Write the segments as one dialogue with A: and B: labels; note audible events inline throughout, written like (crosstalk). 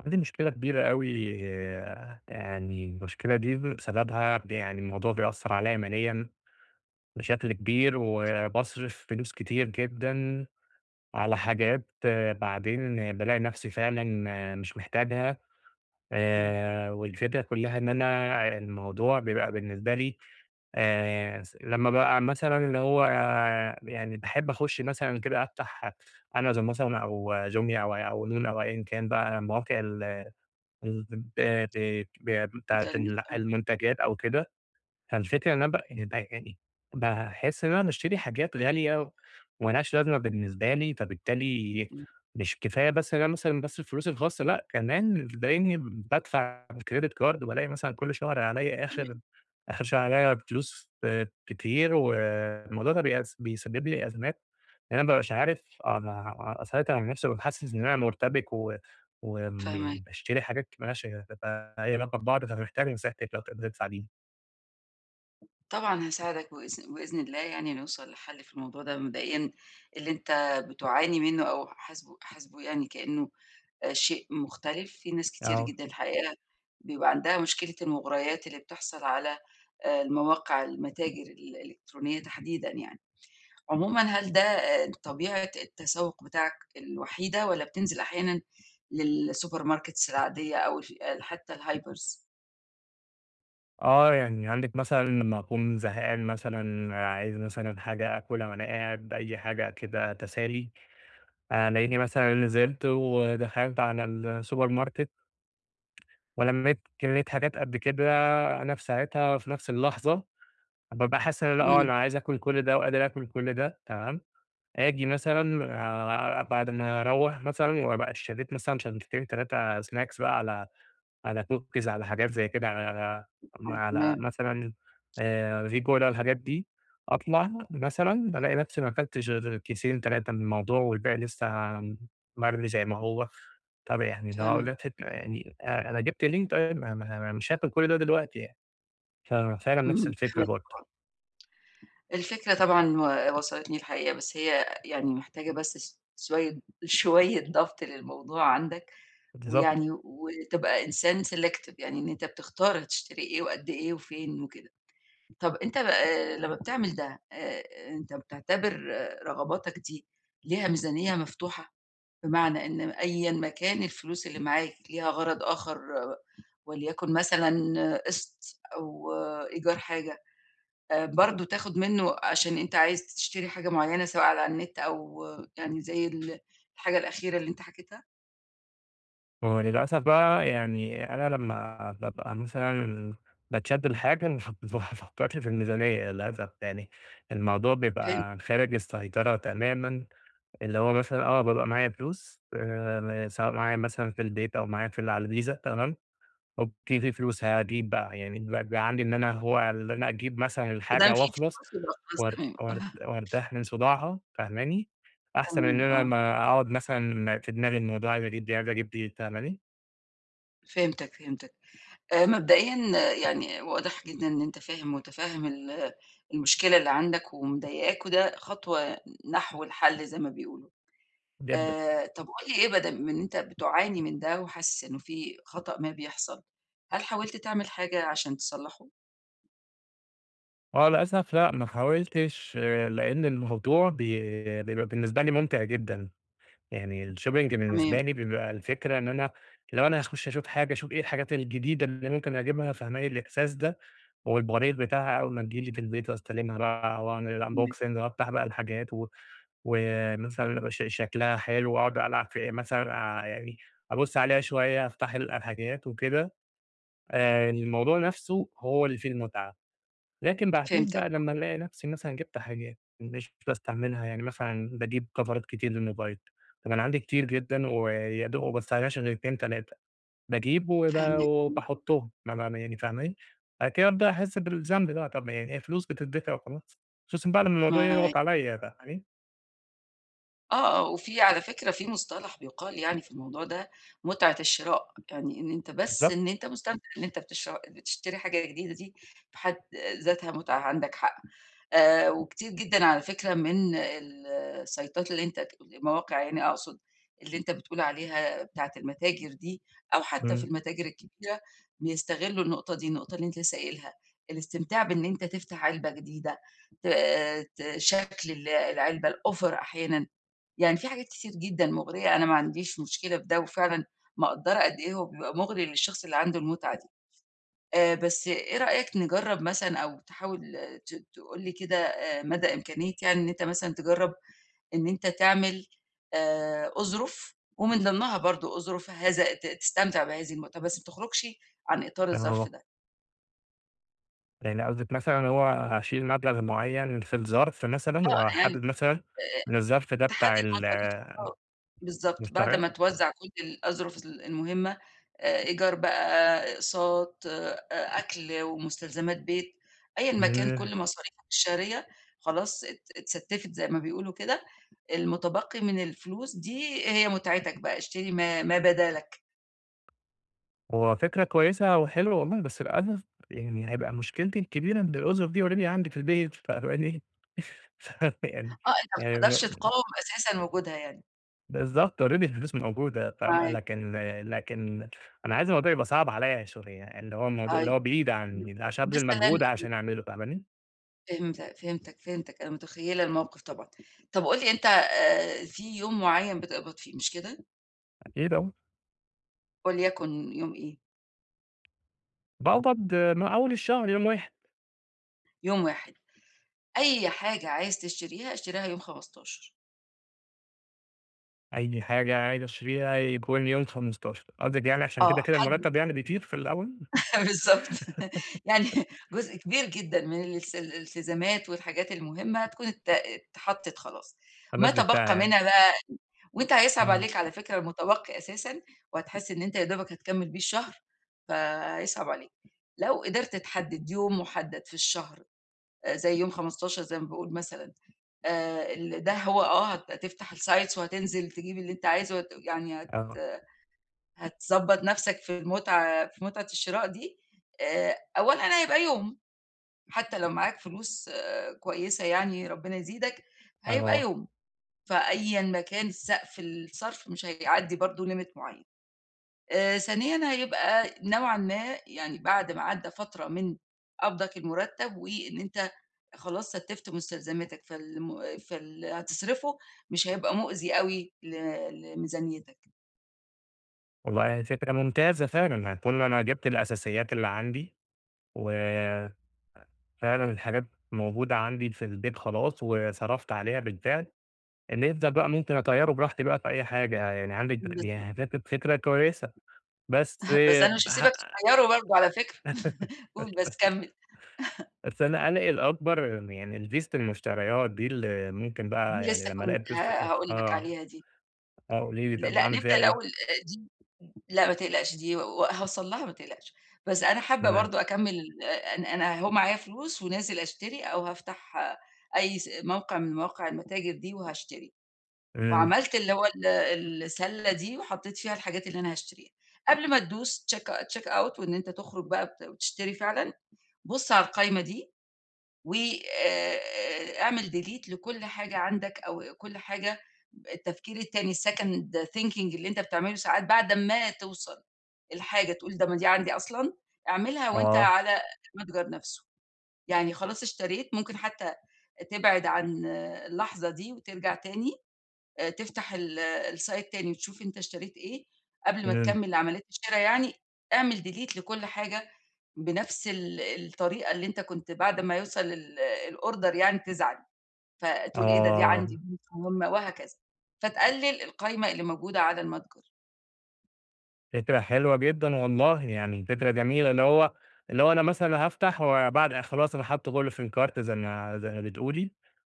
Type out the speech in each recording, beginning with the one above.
A: عندي مشكلة كبيرة أوي. يعني المشكلة دي بسببها يعني الموضوع بيأثّر عليّا ماليًا بشكل كبير، وباصرف فلوس كتير جدًا على حاجات آه، بعدين بالاقي نفسي فعلًا آه، مش محتاجها.
B: إمم،
A: والفكرة كلّها إن أنا الموضوع بيبقى بالنسبة لي. س لمّا بابقى مثلًا اللي هو آه، يعني باحب أخُش مثلًا كده أفتح Amazon مثلًا أو Jumia أو نون أو أيًا كان بقى مواقع ال ال ب ب ب بتاعة
B: الترميد
A: ال
B: آه،
A: المنتجات أو كده. فالفكرة إن أنا يعني باحس إن أنا باشتري حاجات غالية ومالهاش لازمة بالنسبة لي، فبالتالي
B: إمم،
A: مش كفاية بس إن أنا مثلًا باصرف فلوسي الخاصة، لأ كمان بلاقيني بادفع بالcredit card وبالاقي مثلًا كل شهر عليّا
B: تمام،
A: آخر شهر عليّا فلوس آه، كتير، والموضوع ده بيسبب لي أزمات، لإن أنا ما بابقاش عارف أنا أسيطر على نفسي، وبابقى حاسس إن أنا مرتبك و وم يعني
B: فاهماك،
A: باشتري حاجات ما لهاش هي علاقة ببعض، فمحتاج نصيحتِك لو تقدري تساعديني.
B: طبعًا هاساعدك وبإذن الله يعني نوصل لحل في الموضوع ده. مبدئيًا اللي أنت بتعاني منه أو حاسبه يعني كأنه شيء مختلف. في ناس كتير
A: آه.
B: جدًا الحقيقة بيبقى عندها مشكلة المغريات اللي بتحصل على المواقع المتاجر الإلكترونية تحديدًا يعني. عمومًا، هل ده طبيعة التسوق بتاعك الوحيدة والّا بتنزل أحيانًا للsupermarkets العادية أو حتى الHypers؟
A: آه، يعني عندِك مثلًا لمّا أكون زهقان مثلًا، عايز مثلًا حاجة آكلها وأنا قاعد، أي حاجة كده تسالي، ألاقيني مثلًا نزلت ودخلت على السوبر ماركت ولميت كمية حاجات قد كده. أنا في ساعتها في نفس اللحظة بابقى حاسس إن أنا آه،
B: إمم،
A: أنا عايز آكل كل ده وقادر آكل كل ده، تمام. آجي مثلًا بعد ما أروّح مثلًا وأبقى اشتريت مثلًا شنطتين 3 سناكس بقى على cookies على حاجات زي كده، على على م
B: آه،
A: على
B: تمام.
A: مثلًا ريجولا الحاجات دي، أطلع مثلًا ألاقي نفسي ما أكلتش غير كيسين 3 من الموضوع والباقي لسه مرمي زي ما هو. طب يعني اللي هو
B: فاهماك،
A: أقول الفكرة يعني أنا جِبت ليه طيب؟ ما أنا مش هاكل كل ده دلوقتي يعني. ففعلًا نفس
B: إمم،
A: الفكرة
B: فاهماك.
A: برضه.
B: الفكرة طبعًا وصلتني الحقيقة، بس هي يعني محتاجة بس س شوية شوية ضبط للموضوع عندك.
A: بالضبط.
B: ويعني وتبقى إنسان selective يعني إن أنت بتختار هتشتري إيه وقد إيه وفين وكده. طَب أنت بقى لمّا بتعمل ده، أنت بتعتبر رغباتك دي ليها ميزانية مفتوحة؟ بمعنى إن أيًا ما كان الفلوس اللي معاك ليها غرض آخر، وليكن مثلًا قسط أو إيجار حاجة، برضه تاخد منّه عشان أنت عايز تشتري حاجة معيّنة سواء على النت أو يعني زي الحاجة الأخيرة اللي أنت حكيتها.
A: وللأسف بقى يعني أنا لمّا بابقى مثلًا باتشد لحاجة ما بافكرش (laughs) في الميزانية للأسف، يعني الموضوع
B: فهمت،
A: بيبقى خارج السيطرة تمامًا. اللي هو مثلًا آه، بابقى معايا فلوس سواء معايا مثلًا في البيت أو معايا في ال على الفيزا تمام. أوكي في فلوس هاجيب بقى يعني بيبقى عندي إن أنا هو اللي أنا أجيب مثلًا
B: ما دام
A: الحاجة
B: في
A: وأخلص
B: فلوس يبقى خلاص
A: وأر
B: تمام، (laughs)
A: وأر
B: آه،
A: وأرتاح من صداعها فاهماني، أحسن من إن
B: تمام
A: أنا
B: آه،
A: ما أقعد مثلًا في دماغي الموضوع عايز أجيب دي، عايز أجيب دي فاهماني؟
B: فهمتك، فهمتك. مبدئيًا، يعني واضح جدًا إن أنت فاهم ومتفهم المشكلة اللي عندك ومضايقاك، وده خطوة نحو الحل زي ما بيقولوا.
A: بجد.
B: طب قُل لي إيه بدل من إن أنت بتعاني من ده وحاسس إنه في خطأ ما بيحصل، هل حاولت تعمل حاجة عشان تصلّحه؟
A: آه للأسف لأ، ما حاولتش آه، لإن الموضوع بيبقى بالنسبة لي ممتع جدًا. يعني الshopping
B: تمام،
A: بالنسبة لي بيبقى الفكرة إن أنا لو أنا هاخش أشوف حاجة، أشوف إيه الحاجات الجديدة اللي ممكن أجيبها، فاهماني الإحساس ده والبريد بتاعها أول ما تيجي لي في البيت وأستلمها بقى وأعمل
B: تمام.
A: unboxing وأفتح بقى الحاجات و ومثلًا شكلها حلو وأقعد ألعب في إيه مثلًا يعني أبُص عليها شوية، أفتح الحاجات وكده. الموضوع نفسه هو اللي فيه المتعة. لكن بعدين
B: فهمتك،
A: بقى لمّا ألاقي نفسي مثلًا جِبت حاجات مش باستعملها، يعني مثلًا باجيب كفرات كتير للموبايل. طَب أنا عندي كتير جدًا ويا دوب ما باستعملهاش غير 2، 3. باجيب وب
B: فاهماك،
A: وباحطهم ما ما يعني فاهماني؟ بعد كده أبدأ أحس بالذنب بقى، طَب ما يعني هي فلوس بتدفع وخلاص، خصوصًا بقى لمّا الموضوع
B: ما
A: يضغط عليَّ فاهماني؟
B: آه، آه، وفي على فكرة في مصطلح بيُقال يعني في الموضوع ده، متعة الشراء. يعني
A: بالضبط.
B: إن أنت مستمتع إن أنت بتشتري حاجة جديدة دي في حد ذاتها متعة، عندك حق. وكتير جدًا على فكرة من السايتات، اللي أنت المواقع يعني أقصد، اللي أنت بتقول عليها بتاعة المتاجر دي، أو حتى في
A: إمم،
B: المتاجر الكبيرة، بيستغلوا النقطة دي، النقطة اللي أنت لسه قايلها، الاستمتاع بإن أنت تفتح علبة جديدة، ت ت شكل العلبة، الoffer أحيانًا. يعني في حاجات كتير جدًا مُغرية، أنا ما عنديش مشكلة في ده، وفعلًا مقدّرة قد إيه هو بيبقى مُغري للشخص اللي عنده المتعة دي. بس إيه رأيك نجرّب مثلًا، أو تحاول آه، ت تقول لي كده مدى إمكانية، يعني إن أنت مثلًا تجرّب إن أنت تعمل أُزرُف، ومن ضمنها برضه أُزرُف هذا تستمتع بهذه المتعة، بس ما تخرجش عن إطار الظرف
A: آه،
B: ده.
A: يعني قصدِك مثلًا هو هاشيل مبلغ معين في الظرف مثلًا،
B: يعني
A: وأحدد مثلًا
B: آه،
A: إن الظرف ده
B: تحدد
A: بتاع
B: مصاريفك بالضبط. بعد
A: المشتريات؟
B: ما توزّع كل الأظرف المهمة، إيجار بقى، أقساط، أكل ومستلزمات بيت، أيًا ما كان كل مصاريفك الشهرية خلاص اتستّفت زي ما بيقولوا كده، المتبقي من الفلوس دي هي متعتك بقى، اشتري ما بدا لك.
A: هو فكرة كويسة وحلوة والله، بس للأسف يعني هيبقى مشكلتي الكبيرة إن الأُزُر دي already عندي في البيت فاهماني؟ (laughs) ف يعني
B: آه، أنت ما
A: يعني
B: بتقدرش
A: م
B: تقاوم أساسًا وجودها يعني.
A: بالضبط already الفلوس موجودة فاهمة،
B: معاك.
A: لكن. لكن أنا عايز الموضوع يبقى صعب عليّا شوية، اللي هو الموضوع اللي
B: طيب
A: هو بعيد عنّي،
B: نقول
A: عشان أبذل مجهود
B: مثلًا،
A: عشان أعمله فاهماني؟
B: فهمتك، فهمتك، أنا متخيّلة الموقف طبعًا. طب قُل لي أنت في يوم معيّن بتقبض فيه مش كده؟
A: أكيد أهو.
B: وليكن يوم إيه،
A: باقبض من أول الشهر يوم واحد.
B: يوم واحد، أي حاجة عايز تشتريها اشتريها يوم 15.
A: أي حاجة عايز أشتريها يكون يوم 15 قصدِك يعني عشان
B: آه،
A: كده، كده المرتب يعني بيطير في الأول؟
B: (laughs) بالضبط، (laughs) يعني جزء كبير جدًا من الالتزامات والحاجات المهمة تكون اتحطِّت خلاص. ما
A: النصْب بتاعي
B: تبقى
A: يعني.
B: منها بقى وأنت هيصعب
A: إمم،
B: عليك على فكرة المتبقي أساسًا، وهتحس إن أنت يا دوبك هتكمّل بيه الشهر، فهيصعب عليك. لو قدرت تحدد يوم محدد في الشهر، زي يوم 15 زي ما باقول مثلًا، ال ده هو آه هت هتفتح الsites وهتنزل تجيب اللي أنت عايزه وهت يعني هت
A: آه،
B: هتضبّط نفسك في المتعة، في متعة الشراء دي. أولًا هيبقى يوم، حتى لو معاك فلوس كويسة يعني ربنا يزيدك، هيبقى
A: آه.
B: يوم. فأيًا ما كان السقف الصرف مش هيعدّي برضه limit معيّن. ثانيًا هيبقى نوعًا ما، يعني بعد ما عدّى فترة من قبضك المُرتّب وإن أنت خلاص ستّفت مستلزماتك، فاللي هتصرفه مش هيبقى مؤذي أوي لميزانيتك.
A: والله فكرة ممتازة فعلًا، هاكون أنا جِبت الأساسيات اللي عندي، وفعلًا الحاجات موجودة عندي في البيت خلاص، وصرفت عليها بالفعل. اللي يفضل بقى ممكن أطيّره براحتي بقى في أي حاجة، يعني عندِك
B: بالضبط.
A: يعني فكرة كويسة، بس
B: (laughs) بس أنا مش
A: ه
B: هاسيبك تخيّره برضه على فكرة،
A: (laughs)
B: (laughs) قُل بس كمّل،
A: بس أنا قلقي الأكبر يعني الفيزة المشتريات دي اللي ممكن
B: دي
A: بقى يعني
B: لسه
A: لمّا ألاقي
B: كنت
A: الفيزة
B: هاقول لك
A: آه،
B: عليها دي.
A: آه قولي لي طَب
B: لأ
A: أعمل فيها
B: نبدأ الأول
A: إيه؟
B: دي، لأ ما تقلقش دي، و هاوصل لها ما تقلقش، بس أنا حابة
A: تمام،
B: برضه أكمّل. أنا أهو معايا فلوس ونازل أشتري أو هافتح أي موقع من مواقع المتاجر دي وهاشتري،
A: إمم،
B: وعملت اللي هو السلة دي وحطيت فيها الحاجات اللي أنا هاشتريها، قبل ما تدوس check out وإن أنت تخرج بقى وتشتري فعلًا، بُص على القايمة دي و آآ اعمل delete لكل حاجة عندك، أو كل حاجة التفكير التاني second thinking اللي أنت بتعمله ساعات بعد ما توصل الحاجة تقول ده، ما دي عندي أصلًا، اعملها وأنت
A: آه،
B: على المتجر نفسه. يعني خلاص اشتريت، ممكن حتى تبعد عن اللحظة دي وترجع تاني تفتح الsite تاني وتشوف أنت اشتريت إيه قبل ما
A: إمم،
B: تكمل عملية الشرا يعني. اعمل delete لكل حاجة بنفس الطريقة اللي أنت كنت بعد ما يوصل الorder يعني تزعل، فتقول إيه ده، دي
A: آه.
B: عندي، دي مش مهمة وهكذا، فتقلل القايمة اللي موجودة على المتجر
A: فكرة حلوة جدًا والله، يعني فكرة جميلة، اللي هو أنا مثلًا هافتح وبعد خلاص أنا حاطط كله في الcart زي ما بتقولي،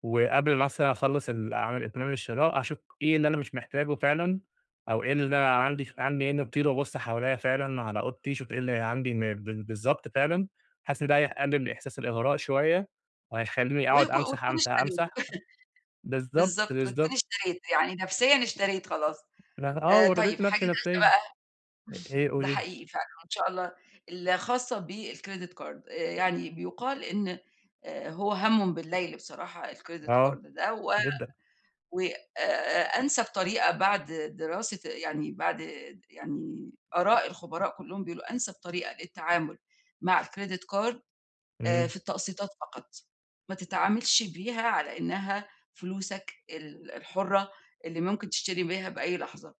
A: وقبل مثلًا أخلّص ال أعمل إتمام الشراء، أشوف إيه اللي أنا مش محتاجه فعلًا، أو إيه اللي أنا عندي عيني تطير وأبُص حواليّا فعلًا على أوضتي، أشوف إيه اللي عندي م بال بالضبط فعلًا. حاسس إن ده هيقلل إحساس الإغراء شوية، وهيخلّيني أقعد أمسح،
B: وتكون
A: أمسح،
B: اشتريت
A: أمسح.
B: (laughs)
A: بالضبط،
B: بالضبط، وتكون
A: بالضبط.
B: اشتريت، يعني نفسيًا اشتريت خلاص.
A: آه،
B: طيب
A: وارضيت
B: حاجة
A: نفسي
B: تالتة
A: نفسيًا.
B: بقى،
A: إيه إيه،
B: ده
A: قولي لي؟
B: حقيقي فعلًا إن شاء الله الخاصة بالcredit card. يعني بيُقال إن هو همٌ بالليل بصراحة الcredit card
A: آه،
B: ده و
A: جدًا،
B: و آآ أنسب طريقة بعد دراسة، يعني بعد يعني آراء الخبراء كلّهم بيقولوا أنسب طريقة للتعامل مع الcredit card
A: إمم،
B: في التقسيطات فقط، ما تتعاملش بيها على إنها فلوسك الحُرة اللي ممكن تشتري بيها بأي لحظة.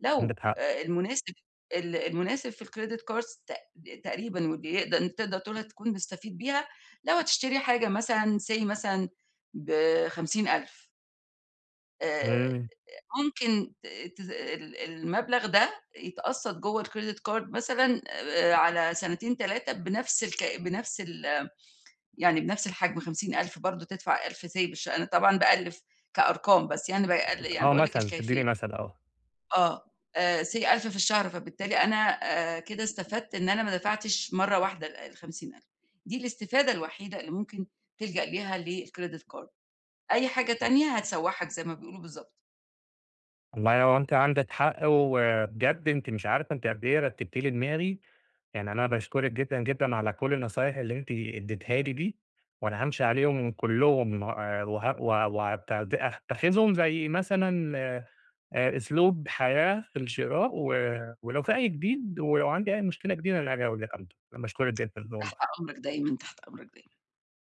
B: لو
A: عندِك حق.
B: المناسب في الcredit cards تقريبًا، واللي تقدر تقول هتكون مستفيد بيها، لو هتشتري حاجة مثلًا say مثلًا ب50,000، آآ
A: إمم،
B: ممكن ت ت ال المبلغ ده يتقسّط جوّه الcredit card مثلًا على سنتين 3 بنفس الك بنفس ال يعني بنفس الحجم 50,000 برضه تدفع 1000 say، بالش أنا طبعًا باألِّف كأرقام، بس يعني باقل يعني
A: آه
B: باقول لك
A: مثلًا،
B: الكيفية.
A: تدّيني مثل آه.
B: آه. Say 1000 في الشهر، فبالتالي أنا كده استفدت إن أنا ما دفعتش مرّة واحدة ال50,000 دي. الاستفادة الوحيدة اللي ممكن تلجأ ليها للcredit card. أي حاجة تانية هتسوّحك زي ما بيقولوا بالضبط.
A: والله هو أنتِ عندِك حق، وبجد أنتِ مش عارفة أنتِ قد إيه رتّبتِ لي دماغي. يعني أنا باشكرِك جدًا، جدًا على كل النصايح اللي أنتِ اديتها لي دي، وأنا هامشي عليهم كلّهم و هاتخذهم زي مثلًا أسلوب حياة في الشراء، و ولو في أي جديد ولو عندي أي مشكلة جديدة أنا هاجي أقول لِك على طول، أنا باشكرِك جدًا
B: تحت
A: والله.
B: أمرك دايمًا، تحت أمرك دايمًا.